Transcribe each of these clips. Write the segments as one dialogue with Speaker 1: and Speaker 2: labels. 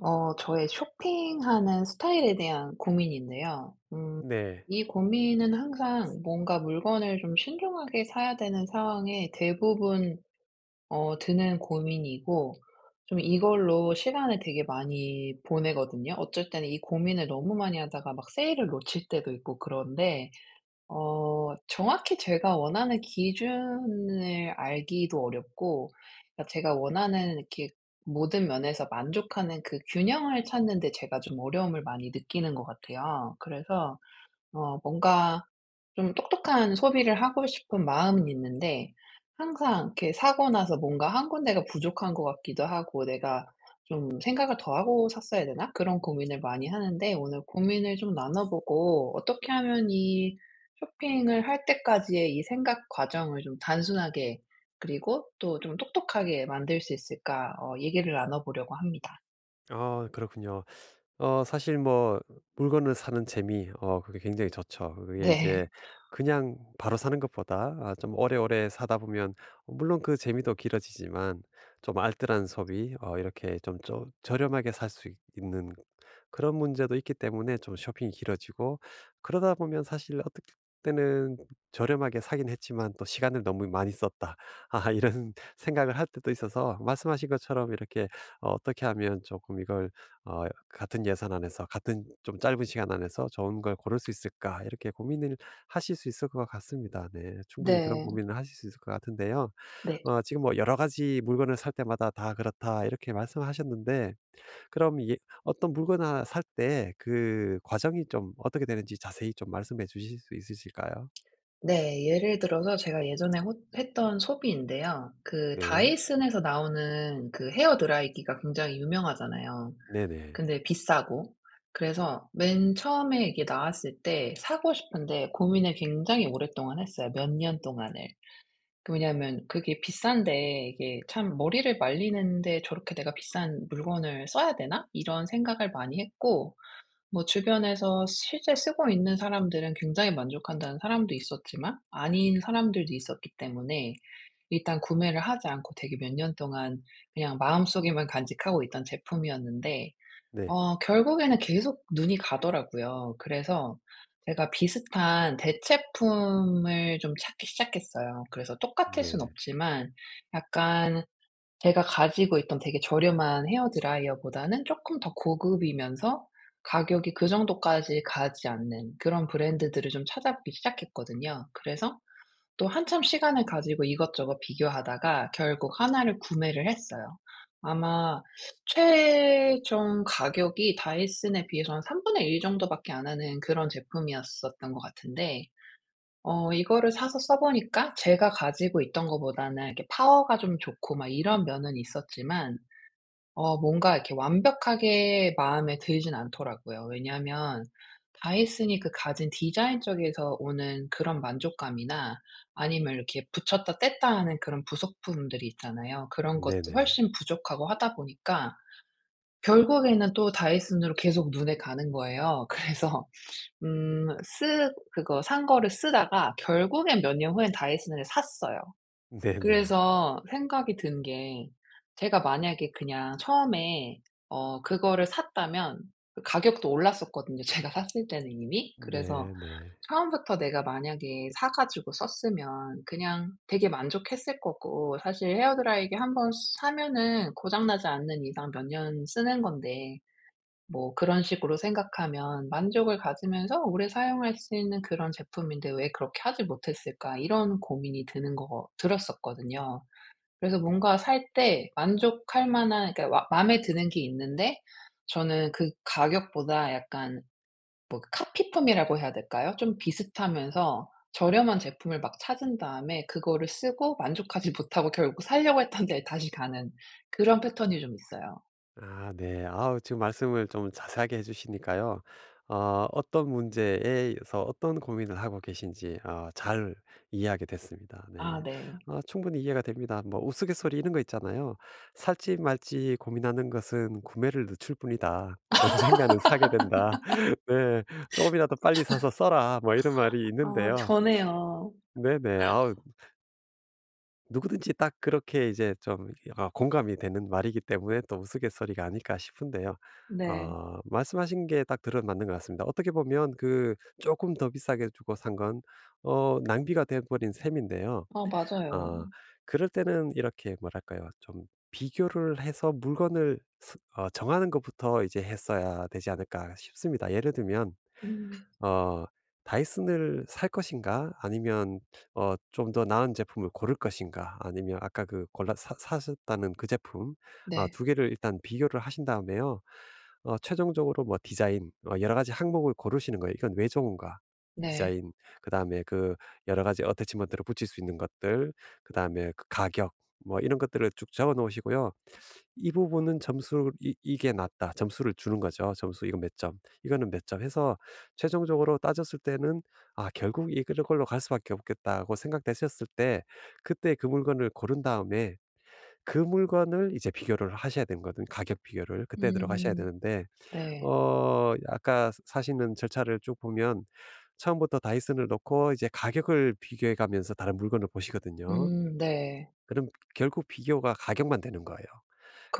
Speaker 1: 저의 쇼핑하는 스타일에 대한 고민인데요.
Speaker 2: 네.
Speaker 1: 이 고민은 항상 뭔가 물건을 좀 신중하게 사야 되는 상황에 대부분 드는 고민이고, 좀 이걸로 시간을 되게 많이 보내거든요. 어쩔 때는 이 고민을 너무 많이 하다가 막 세일을 놓칠 때도 있고 그런데, 정확히 제가 원하는 기준을 알기도 어렵고, 그러니까 제가 원하는 이렇게 모든 면에서 만족하는 그 균형을 찾는 데 제가 좀 어려움을 많이 느끼는 것 같아요. 그래서 뭔가 좀 똑똑한 소비를 하고 싶은 마음은 있는데, 항상 이렇게 사고 나서 뭔가 한 군데가 부족한 것 같기도 하고 '내가 좀 생각을 더 하고 샀어야 되나?' 그런 고민을 많이 하는데, 오늘 고민을 좀 나눠 보고 어떻게 하면 이 쇼핑을 할 때까지의 이 생각 과정을 좀 단순하게, 그리고 또 좀 똑똑하게 만들 수 있을까 얘기를 나눠 보려고 합니다.
Speaker 2: 아, 그렇군요. 사실, 뭐 물건을 사는 재미, 그게 굉장히 좋죠. 그게 이제
Speaker 1: 네.
Speaker 2: 그냥 바로 사는 것보다, 아 좀 오래오래 사다 보면 물론 그 재미도 길어지지만, 좀 알뜰한 소비, 이렇게 좀 저렴하게 살 수 있는 그런 문제도 있기 때문에 좀 쇼핑이 길어지고, 그러다 보면 사실 어떨 때는 저렴하게 사긴 했지만 또 '시간을 너무 많이 썼다.' 아, 이런 생각을 할 때도 있어서, 말씀하신 것처럼 이렇게 '어떻게 하면 조금 이걸, 같은 예산 안에서 같은 좀 짧은 시간 안에서 좋은 걸 고를 수 있을까?' 이렇게 고민을 하실 수 있을 것 같습니다. 네. 충분히 그런
Speaker 1: 네.
Speaker 2: 고민을 하실 수 있을 것 같은데요.
Speaker 1: 네.
Speaker 2: 지금 뭐 여러 가지 물건을 살 때마다 "다 그렇다." 이렇게 말씀하셨는데, 그럼 예, 어떤 물건 하나 살 때 그 과정이 좀 어떻게 되는지 자세히 좀 말씀해 주실 수 있으실까요?
Speaker 1: 네. 예를 들어서 제가 예전에 호 했던 소비인데요. 그
Speaker 2: 네.
Speaker 1: 다이슨에서 나오는 그 헤어 드라이기가 굉장히 유명하잖아요.
Speaker 2: 네네.
Speaker 1: 근데 비싸고. 그래서 맨 처음에 이게 나왔을 때 사고 싶은데 고민을 굉장히 오랫동안 했어요, 몇 년 동안을. 그 왜냐하면 그게 비싼데 이게 참 '머리를 말리는데 저렇게 내가 비싼 물건을 써야 되나?' 이런 생각을 많이 했고, 뭐 주변에서 실제 쓰고 있는 사람들은 굉장히 만족한다는 사람도 있었지만 아닌 사람들도 있었기 때문에 일단 구매를 하지 않고 되게 몇 년 동안 그냥 마음속에만 간직하고 있던 제품이었는데,
Speaker 2: 네.
Speaker 1: 결국에는 계속 눈이 가더라고요. 그래서 제가 비슷한 대체품을 좀 찾기 시작했어요. 그래서 똑같을 순
Speaker 2: 네.
Speaker 1: 없지만 약간 제가 가지고 있던 되게 저렴한 헤어 드라이어보다는 쪼끔 더 고급이면서 가격이 그 정도까지 가지 않는 그런 브랜드들을 좀 찾아보기 시작했거든요. 그래서 또 한참 시간을 가지고 이것저것 비교하다가 결국 하나를 구매를 했어요. 아마 최종 가격이 다이슨에 비해서 한1 정도밖에 안 하는 그런 제품이었었던 것 같은데, 이거를 사서 써 보니까 제가 가지고 있던 것보다는 이렇게 파워가 좀 좋고 막 이런 면은 있었지만, 뭔가 이렇게 완벽하게 마음에 들진 않더라고요. 왜냐하면 다이슨이 그 가진 디자인 쪽에서 오는 그런 만족감이나 아니면 이렇게 붙였다 뗐다 하는 그런 부속품들이 있잖아요. 그런 것도
Speaker 2: 네네.
Speaker 1: 훨씬 부족하고 하다 보니까 결국에는 또 다이슨으로 계속 눈에 가는 거예요. 그래서 쓰 그거 산 거를 쓰다가 결국엔 몇 년 후엔 다이슨을 샀어요.
Speaker 2: 네네. 네네.
Speaker 1: 그래서 생각이 든 게, 제가 만약에 그냥 처음에 그거를 샀다면, 그 가격도 올랐었거든요, 제가 샀을 때는 이미. 그래서
Speaker 2: 네네.
Speaker 1: 처음부터 내가 만약에 사 가지고 썼으면 그냥 되게 만족했을 거고, 사실 헤어 드라이기 한 번 사면은 고장 나지 않는 이상 몇 년 쓰는 건데, 뭐 그런 식으로 생각하면 만족을 가지면서 오래 사용할 수 있는 그런 제품인데 '왜 그렇게 하지 못했을까?' 이런 고민이 드는 거 들었었거든요. 그래서 뭔가 살 때 만족할 만한, 그러니까 마 마음에 드는 게 있는데, 저는 그 가격보다 약간 뭐 카피품이라고 해야 될까요? 좀 비슷하면서 저렴한 제품을 막 찾은 다음에 그거를 쓰고 만족하지 못하고 결국 사려고 했던 데에 다시 가는 그런 패턴이 좀 있어요.
Speaker 2: 아 네. 아우, 지금 말씀을 좀 자세하게 해 주시니까요, 어 어떤 문제에서 어떤 고민을 하고 계신지 잘 이해하게 됐습니다. 네.
Speaker 1: 아 네.
Speaker 2: 아, 충분히 이해가 됩니다. 뭐, 우스갯소리 이런 거 있잖아요. "살지 말지 고민하는 것은 구매를 늦출 뿐이다. 언젠가는 사게 된다." 네. "조금이라도 빨리 사서 써라." 뭐 이런 말이
Speaker 1: 아
Speaker 2: 있는데요.
Speaker 1: 변해요.
Speaker 2: 네네. 아우, 누구든지 딱 그렇게 이제 좀, 아, 공감이 되는 말이기 때문에 또 우스갯소리가 아닐까 싶은데요.
Speaker 1: 네.
Speaker 2: 말씀하신 게 딱 들어맞는 것 같습니다. 어떻게 보면 그 조금 더 비싸게 주고 산 건 낭비가 돼 버린 셈인데요.
Speaker 1: 아 맞아요.
Speaker 2: 어 그럴 때는 이렇게 뭐랄까요? 좀 비교를 해서 물건을 스 어 정하는 것부터 이제 했어야 되지 않을까 싶습니다. 예를 들면
Speaker 1: 음.
Speaker 2: 어 '다이슨을 살 것인가? 아니면 좀 더 나은 제품을 고를 것인가? 아니면 아까 그 골라 사 사셨다는 그 제품,
Speaker 1: 네.
Speaker 2: 두 개를 일단 비교를 하신 다음에요. 최종적으로 뭐 디자인, 여러 가지 항목을 고르시는 거예요. 이건 왜 좋은가?
Speaker 1: 네.
Speaker 2: 디자인, 그다음에 그 여러 가지 어태치먼트를 붙일 수 있는 것들, 그다음에 그 가격, 뭐 이런 것들을 쭉 적어 놓으시고요. 이 부분은 점수, 이 이게 낮다, 점수를 주는 거죠. 점수 이건 몇 점, 이거는 몇 점 해서 최종적으로 따졌을 때는 '아, 결국 이 그런 걸로 갈 수밖에 없겠다.'고 생각되셨을 때, 그때 그 물건을 고른 다음에 그 물건을 이제 비교를 하셔야 되거든, 는 가격 비교를 그때 들어가셔야
Speaker 1: 음.
Speaker 2: 되는데,
Speaker 1: 네.
Speaker 2: 아까 사시는 절차를 쭉 보면 처음부터 다이슨을 놓고 이제 가격을 비교해 가면서 다른 물건을 보시거든요.
Speaker 1: 네.
Speaker 2: 그럼 결국 비교가 가격만 되는 거예요.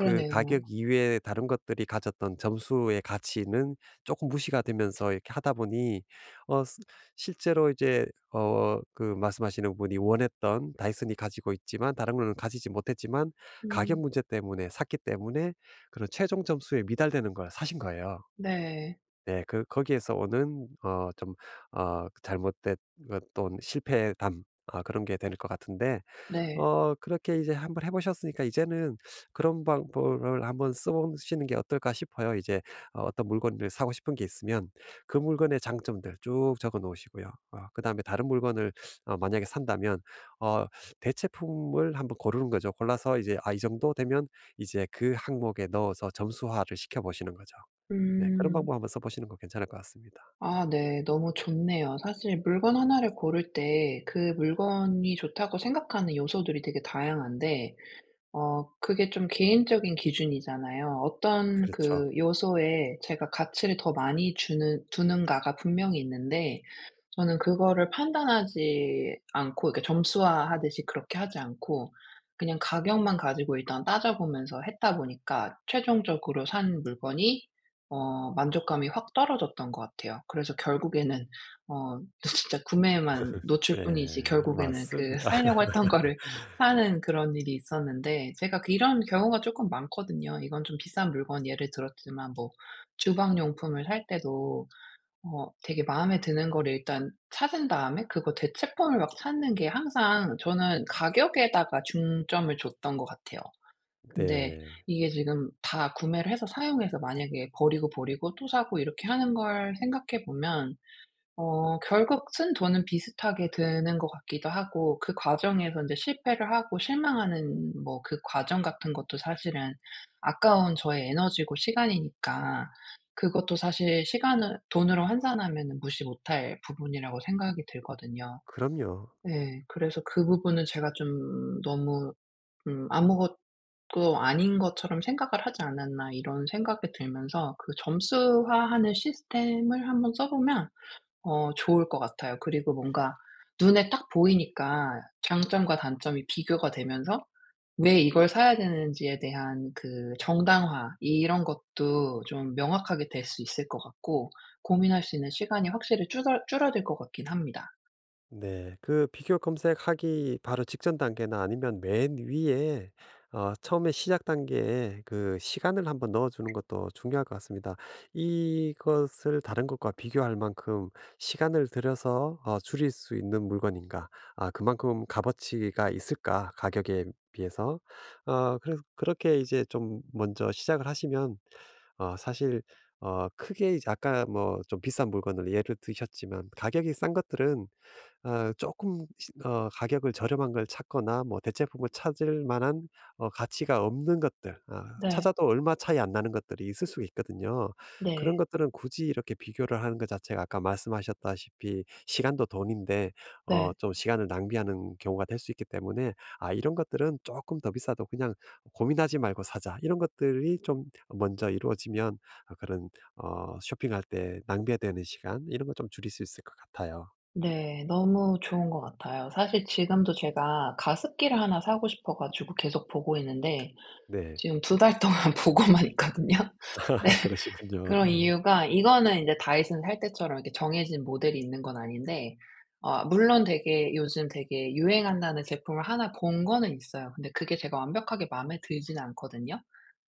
Speaker 2: 그 가격 이외에 다른 것들이 가졌던 점수의 가치는 조금 무시가 되면서, 이렇게 하다 보니 어 스 실제로 이제 그 말씀하시는 분이 원했던, 다이슨이 가지고 있지만 다른 거는 가지지 못했지만, 가격
Speaker 1: 음
Speaker 2: 문제 때문에 샀기 때문에, 그런 최종 점수에 미달되는 걸 사신 거예요.
Speaker 1: 네.
Speaker 2: 네. 그 거기에서 오는 좀 잘못된 어떤 실패담, 아, 그런 게 될 것 같은데,
Speaker 1: 네.
Speaker 2: 그렇게 이제 한번 해 보셨으니까 이제는 그런 방법을 한번 써 보시는 게 어떨까 싶어요. 이제 어떤 물건을 사고 싶은 게 있으면 그 물건의 장점들 쭉 적어 놓으시고요. 그다음에 다른 물건을, 만약에 산다면, 어 대체품을 한번 고르는 거죠. 골라서 이제 '아, 이 정도 되면 이제 그 항목에 넣어서 점수화를 시켜 보시는 거죠.' 네. 그런
Speaker 1: 음.
Speaker 2: 방법 한번 써 보시는 거 괜찮을 것 같습니다.
Speaker 1: 아 네. 너무 좋네요. 사실 물건 하나를 고를 때 그 물건이 좋다고 생각하는 요소들이 되게 다양한데, 그게 좀 개인적인 기준이잖아요. 어떤
Speaker 2: 그렇죠.
Speaker 1: 그 요소에 제가 가치를 더 많이 주는 두는가가 분명히 있는데, 저는 그거를 판단하지 않고 이렇게 점수화하듯이 그렇게 하지 않고 그냥 가격만 가지고 일단 따져보면서 했다 보니까 최종적으로 산 물건이 만족감이 확 떨어졌던 것 같아요. 그래서 결국에는 진짜 구매에만 놓칠 뿐이지
Speaker 2: 네.
Speaker 1: 결국에는 그
Speaker 2: 맞습니다.
Speaker 1: 살려고 했던 거를 사는 그런 일이 있었는데, 제가 그 이런 경우가 쪼끔 많거든요. 이건 좀 비싼 물건 예를 들었지만, 뭐 주방 용품을 살 때도 되게 마음에 드는 거를 일단 찾은 다음에 그거 대체품을 막 찾는 게, 항상 저는 가격에다가 중점을 줬던 것 같아요. 근데
Speaker 2: 네.
Speaker 1: 이게 지금 다 구매를 해서 사용해서 만약에 버리고 버리고 또 사고 이렇게 하는 걸 생각해 보면, 결국 쓴 돈은 비슷하게 드는 것 같기도 하고, 그 과정에서 이제 실패를 하고 실망하는 뭐 그 과정 같은 것도 사실은 아까운 저의 에너지고 시간이니까, 그것도 사실 시간을 돈으로 환산하면 무시 못할 부분이라고 생각이 들거든요.
Speaker 2: 그럼요.
Speaker 1: 네, 그래서 그 부분은 제가 좀 너무 '아무것도 아닌 것처럼 생각을 하지 않았나.' 이런 생각이 들면서 그 점수화하는 시스템을 한번 써 보면 좋을 것 같아요. 그리고 뭔가 눈에 딱 보이니까 장점과 단점이 비교가 되면서 왜 이걸 사야 되는지에 대한 그 정당화, 이런 것도 좀 명확하게 될 수 있을 것 같고, 고민할 수 있는 시간이 확실히 줄어들 것 같긴 합니다.
Speaker 2: 네. 그 비교 검색하기 바로 직전 단계나, 아니면 맨 위에, 처음에 시작 단계에 그 시간을 한번 넣어 주는 것도 중요할 것 같습니다. 이것을 다른 것과 비교할 만큼 시간을 들여서 줄일 수 있는 물건인가? 아, 그만큼 값어치가 있을까? 가격에 비해서. 그래서 그렇게 이제 좀 먼저 시작을 하시면, 사실 크게 이제 아까 뭐 좀 비싼 물건을 예를 드셨지만, 가격이 싼 것들은 아금시 가격을 저렴한 걸 찾거나 뭐 대체품을 찾을 만한 가치가 없는 것들, 아,
Speaker 1: 네.
Speaker 2: 찾아도 얼마 차이 안 나는 것들이 있을 수가 있거든요. 그런
Speaker 1: 네.
Speaker 2: 것들은 굳이 이렇게 비교를 하는 것 자체가 아까 말씀하셨다시피 시간도 돈인데,
Speaker 1: 네.
Speaker 2: 좀 시간을 낭비하는 경우가 될 수 있기 때문에, '아, 이런 것들은 조금 더 비싸도 그냥 고민하지 말고 사자.' 이런 것들이 좀 먼저 이루어지면, 그런 쇼핑할 때 낭비되는 시간 이런 거 좀 줄일 수 있을 것 같아요.
Speaker 1: 네. 너무 좋은 것 같아요. 사실 지금도 제가 가습기를 하나 사고 싶어 가지고 계속 보고 있는데,
Speaker 2: 네.
Speaker 1: 지금 2달 동안 보고만 있거든요.
Speaker 2: 그러시군요.
Speaker 1: 그런
Speaker 2: 네.
Speaker 1: 이유가 이거는 이제 다이슨 살 때처럼 이렇게 정해진 모델이 있는 건 아닌데, 물론 되게 요즘 되게 유행한다는 제품을 하나 본 거는 있어요. 근데 그게 제가 완벽하게 마음에 들지는 않거든요.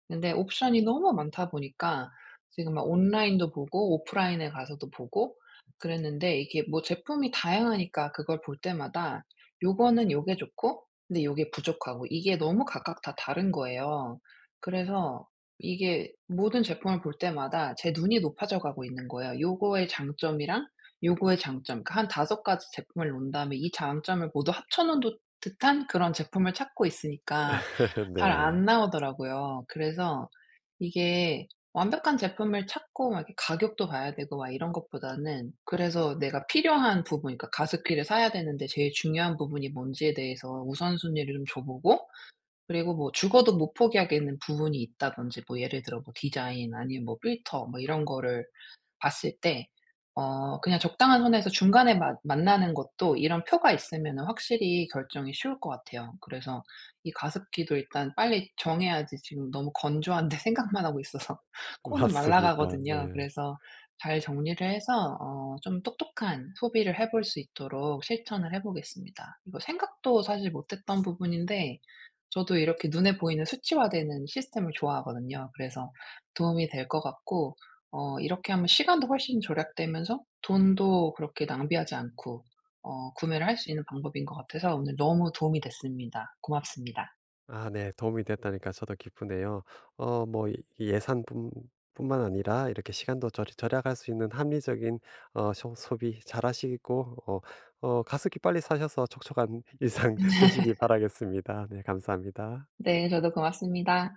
Speaker 1: 근데 옵션이 너무 많다 보니까 지금 막 온라인도 보고 오프라인에 가서도 보고 그랬는데, 이게 뭐 제품이 다양하니까 그걸 볼 때마다 요거는 요게 좋고 근데 요게 부족하고, 이게 너무 각각 다 다른 거예요. 그래서 이게 모든 제품을 볼 때마다 제 눈이 높아져 가고 있는 거예요. 요거의 장점이랑 요거의 장점, 그러니까 한 5가지 제품을 논 다음에 이 장점을 모두 합쳐 놓은 듯 듯한 그런 제품을 찾고 있으니까 잘
Speaker 2: 네.
Speaker 1: 안 나오더라고요. 그래서 이게 완벽한 제품을 찾고 막 이렇게 가격도 봐야 되고 막 이런 것보다는, 그래서 내가 필요한 부분, 그러니까 가습기를 사야 되는데 제일 중요한 부분이 뭔지에 대해서 우선순위를 좀 줘 보고, 그리고 뭐 죽어도 못 포기하겠는 부분이 있다든지, 뭐 예를 들어 뭐 디자인 아니면 뭐 필터 뭐 이런 거를 봤을 때 그냥 적당한 선에서 중간에 만 만나는 것도, 이런 표가 있으면은 확실히 결정이 쉬울 것 같아요. 그래서 이 가습기도 일단 빨리 정해야지, 지금 너무 건조한데 생각만 하고 있어서 코는
Speaker 2: 맞습니다.
Speaker 1: 말라가거든요.
Speaker 2: 네.
Speaker 1: 그래서 잘 정리를 해서 좀 똑똑한 소비를 해볼 수 있도록 실천을 해 보겠습니다. 이거 생각도 사실 못 했던 부분인데 저도 이렇게 눈에 보이는 수치화되는 시스템을 좋아하거든요. 그래서 도움이 될 것 같고, 이렇게 하면 시간도 훨씬 절약되면서 돈도 그렇게 낭비하지 않고 구매를 할 수 있는 방법인 것 같아서 오늘 너무 도움이 됐습니다. 고맙습니다.
Speaker 2: 아 네. 도움이 됐다니까 저도 기쁘네요. 뭐, 이 예산뿐, 뿐만 아니라 이렇게 시간도 절 절약할 수 있는 합리적인 소 소비 잘하시고, 가습기 빨리 사셔서 촉촉한 일상 되시기 바라겠습니다. 네, 감사합니다.
Speaker 1: 네, 저도 고맙습니다.